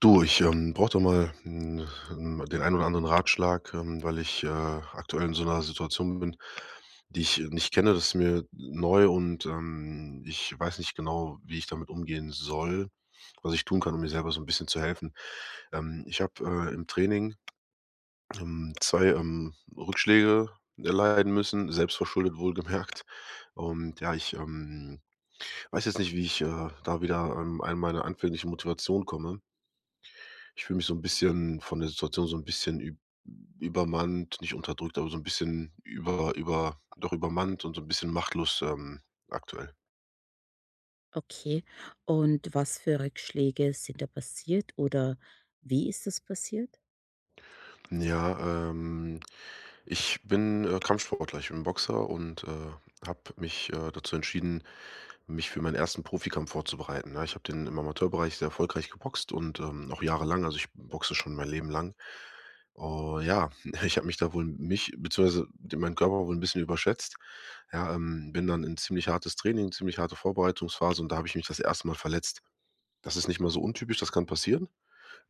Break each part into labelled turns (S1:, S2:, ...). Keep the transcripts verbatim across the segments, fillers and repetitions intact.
S1: Du, ich, ähm, brauche da mal 'n 'n den einen oder anderen Ratschlag, ähm, weil ich, äh, aktuell in so einer Situation bin, die ich nicht kenne. Das ist mir neu und, ähm, ich weiß nicht genau, wie ich damit umgehen soll, was ich tun kann, um mir selber so ein bisschen zu helfen. Ähm, ich habe, äh, im Training, ähm, zwei, ähm, Rückschläge erleiden müssen, selbstverschuldet wohlgemerkt. Und ja, ich, ähm, weiß jetzt nicht, wie ich, äh, da wieder an an meine anfängliche Motivation komme. Ich fühle mich so ein bisschen von der Situation so ein bisschen üb übermannt, nicht unterdrückt, aber so ein bisschen über über doch übermannt und so ein bisschen machtlos, ähm, aktuell.
S2: Okay. Und was für Rückschläge sind da passiert oder wie ist das passiert?
S1: Ja, ähm, ich bin, äh, Kampfsportler, ich bin Boxer und, äh, habe mich, äh, dazu entschieden, mich für meinen ersten Profikampf vorzubereiten, ne? Ich habe den im Amateurbereich sehr erfolgreich geboxt und, ähm, auch jahrelang, also ich boxe schon mein Leben lang. Oh ja, ich habe mich da wohl mich beziehungsweise den meinen Körper wohl ein bisschen überschätzt. Ja, ähm, bin dann in ziemlich hartes Training, ziemlich harte Vorbereitungsphase und da habe ich mich das erste Mal verletzt. Das ist nicht mal so untypisch, das kann passieren.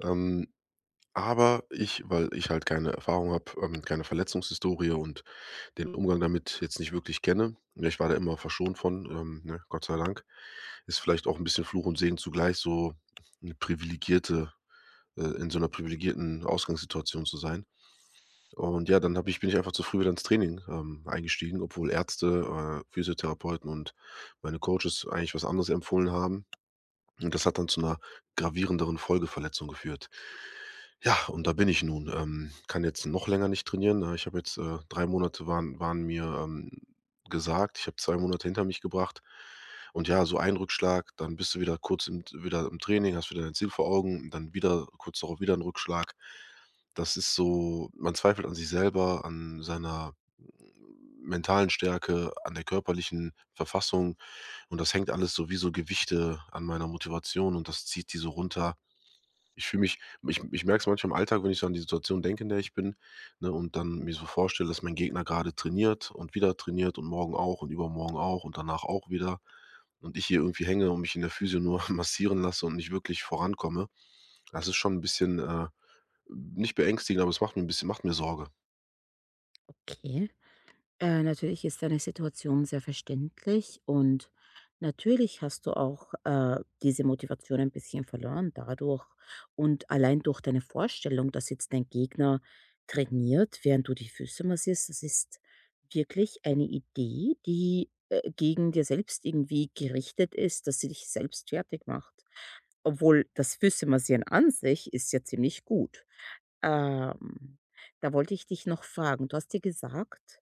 S1: Ähm, aber ich, weil ich halt keine Erfahrung habe, ähm, keine Verletzungshistorie und den Umgang damit jetzt nicht wirklich kenne. Ja, ich war da immer verschont von, ähm, ne, Gott sei Dank. Ist vielleicht auch ein bisschen Fluch und Segen zugleich, so 'ne privilegierte äh, in so einer privilegierten Ausgangssituation zu sein. Und ja, dann habe ich bin ich einfach zu früh wieder ins Training, ähm, eingestiegen, obwohl Ärzte, äh, Physiotherapeuten und meine Coaches eigentlich was anderes empfohlen haben. Und das hat dann zu einer gravierenderen Folgeverletzung geführt. Ja, und da bin ich nun. Ähm, kann jetzt noch länger nicht trainieren. Äh, ich habe jetzt, äh drei Monate waren waren mir, ähm, gesagt. Ich habe zwei Monate hinter mich gebracht. Und ja, so ein Rückschlag, dann bist du wieder kurz im wieder im Training, hast wieder dein Ziel vor Augen, dann wieder kurz darauf wieder ein Rückschlag. Das ist so, man zweifelt an sich selber, an seiner mentalen Stärke, an der körperlichen Verfassung und das hängt alles so wie so Gewichte an meiner Motivation und das zieht die so runter. Ich fühle mich ich ich merke es manchmal im Alltag, wenn ich so an die Situation denke, in der ich bin, ne, und dann mir so vorstelle, dass mein Gegner gerade trainiert und wieder trainiert und morgen auch und übermorgen auch und danach auch wieder und ich hier irgendwie hänge und mich in der Physio nur massieren lasse und nicht wirklich vorankomme. Das ist schon ein bisschen, äh, nicht beängstigend, aber es macht mir ein bisschen macht mir Sorge.
S2: Okay. Äh, natürlich ist deine Situation sehr verständlich, und natürlich hast du auch äh, diese Motivation ein bisschen verloren dadurch. Und allein durch deine Vorstellung, dass jetzt dein Gegner trainiert, während du die Füße massierst, das ist wirklich eine Idee, die äh, gegen dir selbst irgendwie gerichtet ist, dass sie dich selbst fertig macht. Obwohl das Füße massieren an sich ist ja ziemlich gut. Ähm, Da wollte ich dich noch fragen. Du hast dir gesagt,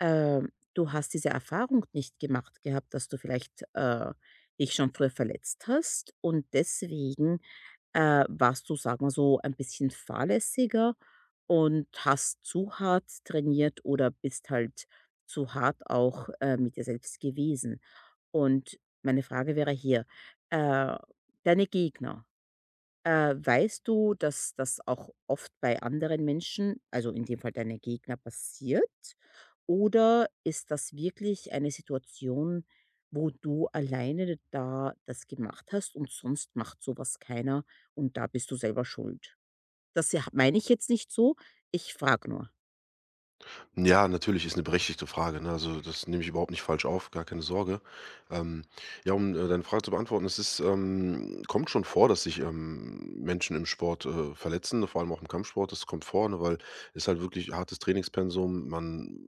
S2: ähm, du hast diese Erfahrung nicht gemacht gehabt, dass du vielleicht äh, dich schon früher verletzt hast, und deswegen äh, warst du, sagen wir so, ein bisschen fahrlässiger und hast zu hart trainiert oder bist halt zu hart auch äh, mit dir selbst gewesen. Und meine Frage wäre hier, äh, deine Gegner, äh, weißt du, dass das auch oft bei anderen Menschen, also in dem Fall deine Gegner, passiert? Oder ist das wirklich eine Situation, wo du alleine da das gemacht hast und sonst macht sowas keiner und da bist du selber schuld? Das ja- meine ich jetzt nicht so, ich frage nur.
S1: Ja, natürlich ist eine berechtigte Frage, ne? Also, das nehme ich überhaupt nicht falsch auf, gar keine Sorge. Ähm, ja, um, äh, deine Frage zu beantworten, es ist ähm, kommt schon vor, dass sich, ähm, Menschen im Sport, äh, verletzen, ne, vor allem auch im Kampfsport. Das kommt vor, ne, weil es halt wirklich hartes Trainingspensum. Man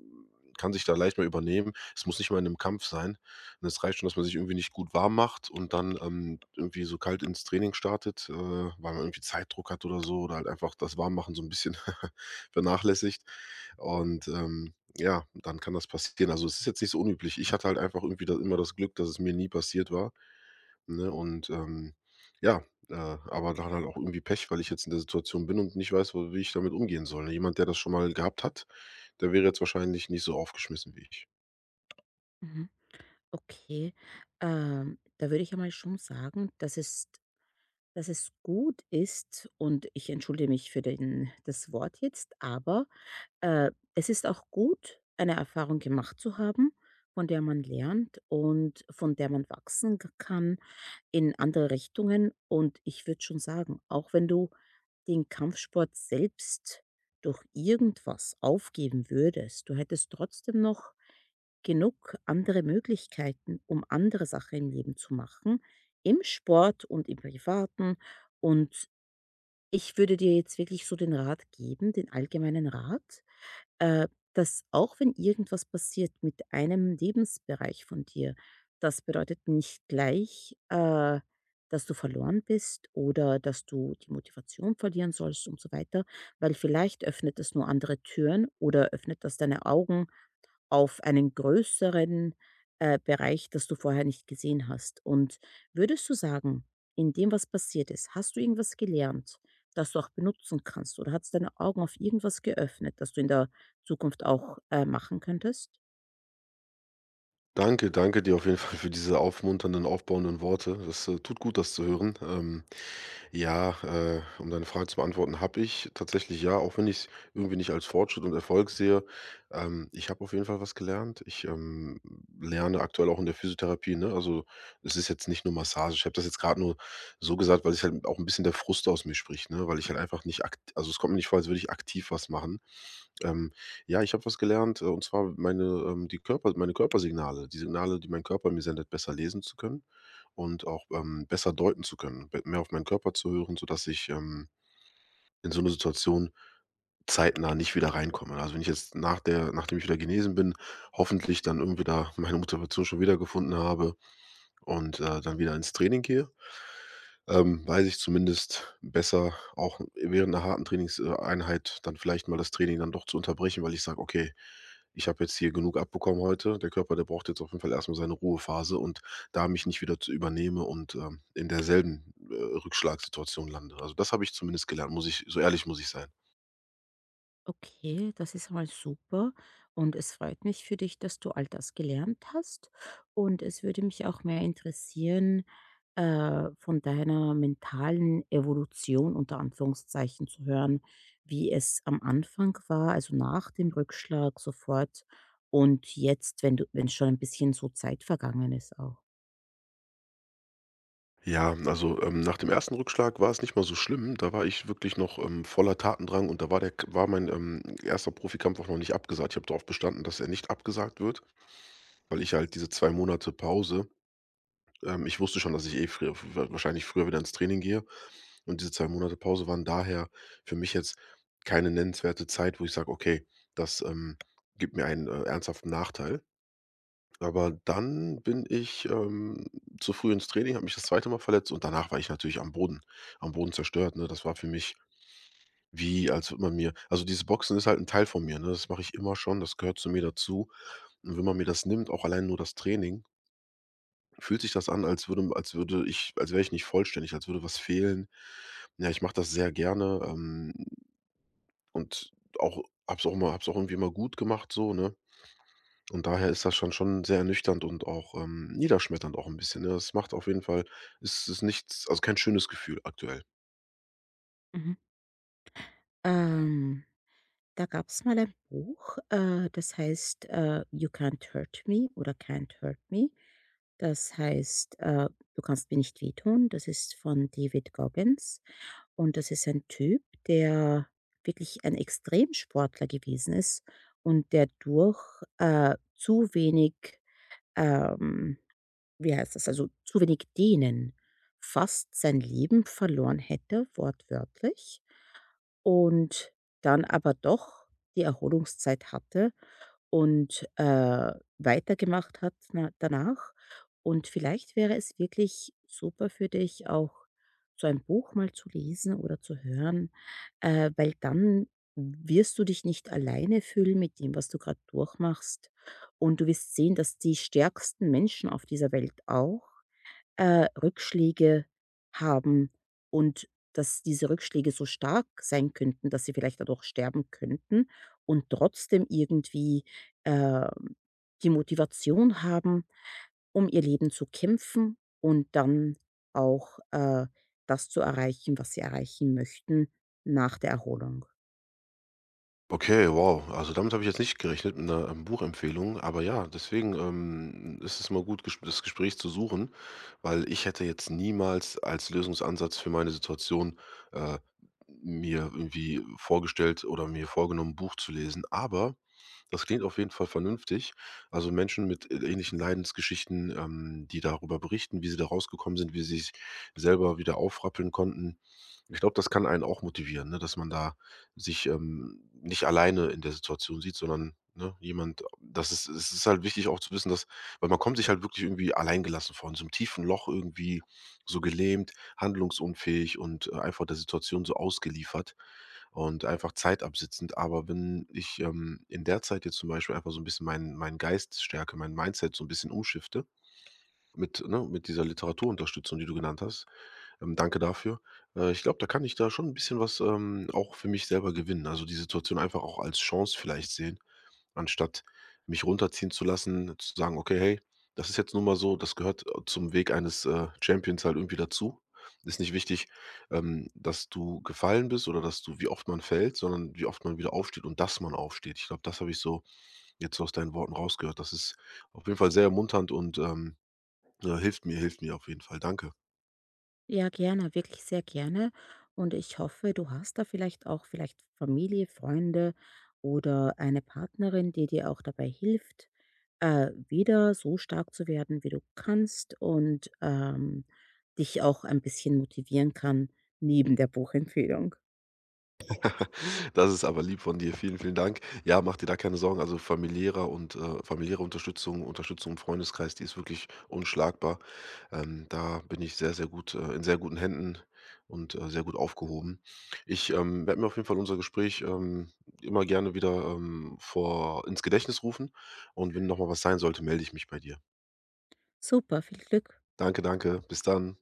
S1: kann sich da leicht mal übernehmen. Es muss nicht mal in einem Kampf sein. Ne, es reicht schon, dass man sich irgendwie nicht gut warm macht und dann, ähm, irgendwie so kalt ins Training startet, äh, weil man irgendwie Zeitdruck hat oder so oder halt einfach das Warmmachen so ein bisschen vernachlässigt. Und, ähm, ja, dann kann das passieren. Also, es ist jetzt nicht so unüblich. Ich hatte halt einfach irgendwie da immer das Glück, dass es mir nie passiert war, ne? Und, ähm, ja, äh, aber dann halt auch irgendwie Pech, weil ich jetzt in der Situation bin und nicht weiß, wo wie ich damit umgehen soll, ne? Jemand, der das schon mal gehabt hat, der wäre jetzt wahrscheinlich nicht so aufgeschmissen wie ich.
S2: Mhm. Okay, ähm, da würde ich ja mal schon sagen, dass es, dass es gut ist, und ich entschuldige mich für den, das Wort jetzt, aber äh, es ist auch gut, eine Erfahrung gemacht zu haben, von der man lernt und von der man wachsen k kann in andere Richtungen. Und ich würde schon sagen, auch wenn du den Kampfsport selbst durch irgendwas aufgeben würdest, du hättest trotzdem noch genug andere Möglichkeiten, um andere Sachen im Leben zu machen, im Sport und im Privaten. Und ich würde dir jetzt wirklich so den Rat geben, den allgemeinen Rat, äh, dass auch wenn irgendwas passiert mit einem Lebensbereich von dir, das bedeutet nicht gleich, äh, dass du verloren bist oder dass du die Motivation verlieren sollst und so weiter, weil vielleicht öffnet es nur andere Türen oder öffnet das deine Augen auf einen größeren, äh, Bereich, das du vorher nicht gesehen hast. Und würdest du sagen, in dem, was passiert ist, hast du irgendwas gelernt, das du auch benutzen kannst? Oder hat es deine Augen auf irgendwas geöffnet, das du in der Zukunft auch, äh, machen könntest?
S1: Danke, danke dir auf jeden Fall für diese aufmunternden, aufbauenden Worte. Das, äh, tut gut, das zu hören. Ähm, Ja, äh, um deine Frage zu beantworten, habe ich tatsächlich ja, auch wenn ich es irgendwie nicht als Fortschritt und Erfolg sehe. Ähm, ich habe auf jeden Fall was gelernt. Ich, ähm, lerne aktuell auch in der Physiotherapie, ne? Also, es ist jetzt nicht nur Massage. Ich habe das jetzt gerade nur so gesagt, weil sich halt auch ein bisschen der Frust aus mir spricht, ne? Weil ich halt einfach nicht akt also, es kommt mir nicht vor, als würde ich aktiv was machen. Ähm, ja, ich habe was gelernt, äh, und zwar meine, ähm die Körper meine Körpersignale, die Signale, die mein Körper mir sendet, besser lesen zu können und auch, ähm, besser deuten zu können, be mehr auf meinen Körper zu hören, sodass ich, ähm, in so 'ne Situation zeitnah nicht wieder reinkomme. Also, wenn ich jetzt nach der nachdem ich wieder genesen bin, hoffentlich dann irgendwie da meine Motivation schon wieder gefunden habe und, äh, dann wieder ins Training gehe, ähm, weiß ich zumindest besser, auch während einer harten Trainingseinheit dann vielleicht mal das Training dann doch zu unterbrechen, weil ich sage: „Okay, ich habe jetzt hier genug abbekommen heute. Der Körper, der braucht jetzt auf jeden Fall erstmal seine Ruhephase“ und da mich nicht wieder zu übernehme und, ähm, in derselben, äh, Rückschlagssituation lande. Also, das habe ich zumindest gelernt, muss ich so ehrlich muss ich sein.
S2: Okay, das ist mal super, und es freut mich für dich, dass du all das gelernt hast. Und es würde mich auch mehr interessieren, äh, von deiner mentalen Evolution unter Anführungszeichen zu hören, wie es am Anfang war, also nach dem Rückschlag sofort und jetzt, wenn du, wenn schon ein bisschen so Zeit vergangen ist auch.
S1: Ja, also, ähm, nach dem ersten Rückschlag war es nicht mal so schlimm. Da war ich wirklich noch, ähm, voller Tatendrang und da war der war mein, ähm, erster. Profikampf auch noch nicht abgesagt. Ich habe darauf bestanden, dass er nicht abgesagt wird. Weil ich halt diese zwei Monate Pause ähm, ich wusste schon, dass ich eh früher wa wahrscheinlich früher wieder ins Training gehe. Und diese zwei Monate Pause waren daher für mich jetzt keine nennenswerte Zeit, wo ich sage: „Okay, das, ähm, gibt mir einen, äh, ernsthaften Nachteil.“ Aber dann bin ich, ähm, zu früh ins Training, habe mich das zweite Mal verletzt und danach war ich natürlich am Boden am Boden zerstört, ne? Das war für mich wie, als würde man mir also, dieses Boxen ist halt ein Teil von mir, ne? Das mache ich immer schon, das gehört zu mir dazu. Und wenn man mir das nimmt, auch allein nur das Training, fühlt sich das an, als würde als würde ich als wäre ich nicht vollständig, als würde was fehlen. Ja, ich mache das sehr gerne, ähm, und auch habe es auch mal, habe es auch irgendwie mal gut gemacht so, ne? Und daher ist das schon schon sehr ernüchternd und auch, ähm, niederschmetternd auch ein bisschen, ne? Das macht auf jeden Fall, ist ist nichts, also kein schönes Gefühl aktuell.
S2: Mhm. Ähm, Da gab es mal ein Buch, äh, das heißt, äh, „You Can't Hurt Me“ oder „Can't Hurt Me“. Das heißt, äh, „Du kannst mir nicht wehtun“. Das ist von David Goggins, und das ist ein Typ, der wirklich ein Extremsportler gewesen ist und der durch, äh, zu wenig, ähm wie heißt das, also zu wenig Dehnen fast sein Leben verloren hätte, wortwörtlich. Und dann aber doch die Erholungszeit hatte und, äh, weitergemacht hat na danach. Und vielleicht wäre es wirklich super für dich, auch so ein Buch mal zu lesen oder zu hören, äh, weil dann wirst du dich nicht alleine fühlen mit dem, was du gerade durchmachst. Und du wirst sehen, dass die stärksten Menschen auf dieser Welt auch äh, Rückschläge haben und dass diese Rückschläge so stark sein könnten, dass sie vielleicht dadurch sterben könnten und trotzdem irgendwie, ähm, die Motivation haben, um ihr Leben zu kämpfen und dann auch, äh, das zu erreichen, was sie erreichen möchten nach der Erholung.
S1: Okay, wow. Also damit habe ich jetzt nicht gerechnet mit einer ähm, Buchempfehlung. Aber ja, deswegen, ähm, ist es mal gut, ges das Gespräch zu suchen, weil ich hätte jetzt niemals als Lösungsansatz für meine Situation, äh, mir irgendwie vorgestellt oder mir vorgenommen, ein Buch zu lesen. Aber das klingt auf jeden Fall vernünftig. Also Menschen mit äh, ähnlichen Leidensgeschichten, ähm, die darüber berichten, wie sie da rausgekommen sind, wie sie sich selber wieder aufrappeln konnten. Ich glaube, das kann einen auch motivieren, ne, dass man da sich, ähm, nicht alleine in der Situation sieht, sondern, ne, jemand das ist es ist halt wichtig auch zu wissen, dass, weil man kommt sich halt wirklich irgendwie alleingelassen vor, in so einem tiefen Loch irgendwie so gelähmt, handlungsunfähig und, äh, einfach der Situation so ausgeliefert und einfach Zeit absitzend. Aber wenn ich, ähm, in der Zeit jetzt zum Beispiel einfach so ein bisschen meinen meinen Geist stärke, mein Mindset so ein bisschen umschifte mit, ne, mit dieser Literaturunterstützung, die du genannt hast, ähm, danke dafür. Äh, ich glaube, da kann ich da schon ein bisschen was, ähm, auch für mich selber gewinnen. Also, die Situation einfach auch als Chance vielleicht sehen, anstatt mich runterziehen zu lassen, zu sagen: „Okay, hey, das ist jetzt nun mal so, das gehört, äh, zum Weg eines, äh, Champions halt irgendwie dazu. Ist nicht wichtig, ähm, dass du gefallen bist oder dass du wie oft man fällt, sondern wie oft man wieder aufsteht und dass man aufsteht.“ Ich glaube, das habe ich so jetzt so aus deinen Worten rausgehört. Das ist auf jeden Fall sehr ermunternd und, ähm, ja, hilft mir hilft mir auf jeden Fall. Danke.
S2: Ja, gerne, wirklich sehr gerne. Und ich hoffe, du hast da vielleicht auch vielleicht Familie, Freunde oder eine Partnerin, die dir auch dabei hilft, äh, wieder so stark zu werden, wie du kannst, und ähm, dich auch ein bisschen motivieren kann neben der Buchempfehlung.
S1: Das ist aber lieb von dir. Vielen, vielen Dank. Ja, mach dir da keine Sorgen. Also familiärer und äh, familiäre Unterstützung, Unterstützung im Freundeskreis, die ist wirklich unschlagbar. Ähm, da bin ich sehr, sehr gut, äh, in sehr guten Händen und, äh, sehr gut aufgehoben. Ich, ähm, werde mir auf jeden Fall unser Gespräch, ähm, immer gerne wieder, ähm, vor ins Gedächtnis rufen. Und wenn nochmal was sein sollte, melde ich mich bei dir.
S2: Super, viel Glück.
S1: Danke, danke. Bis dann.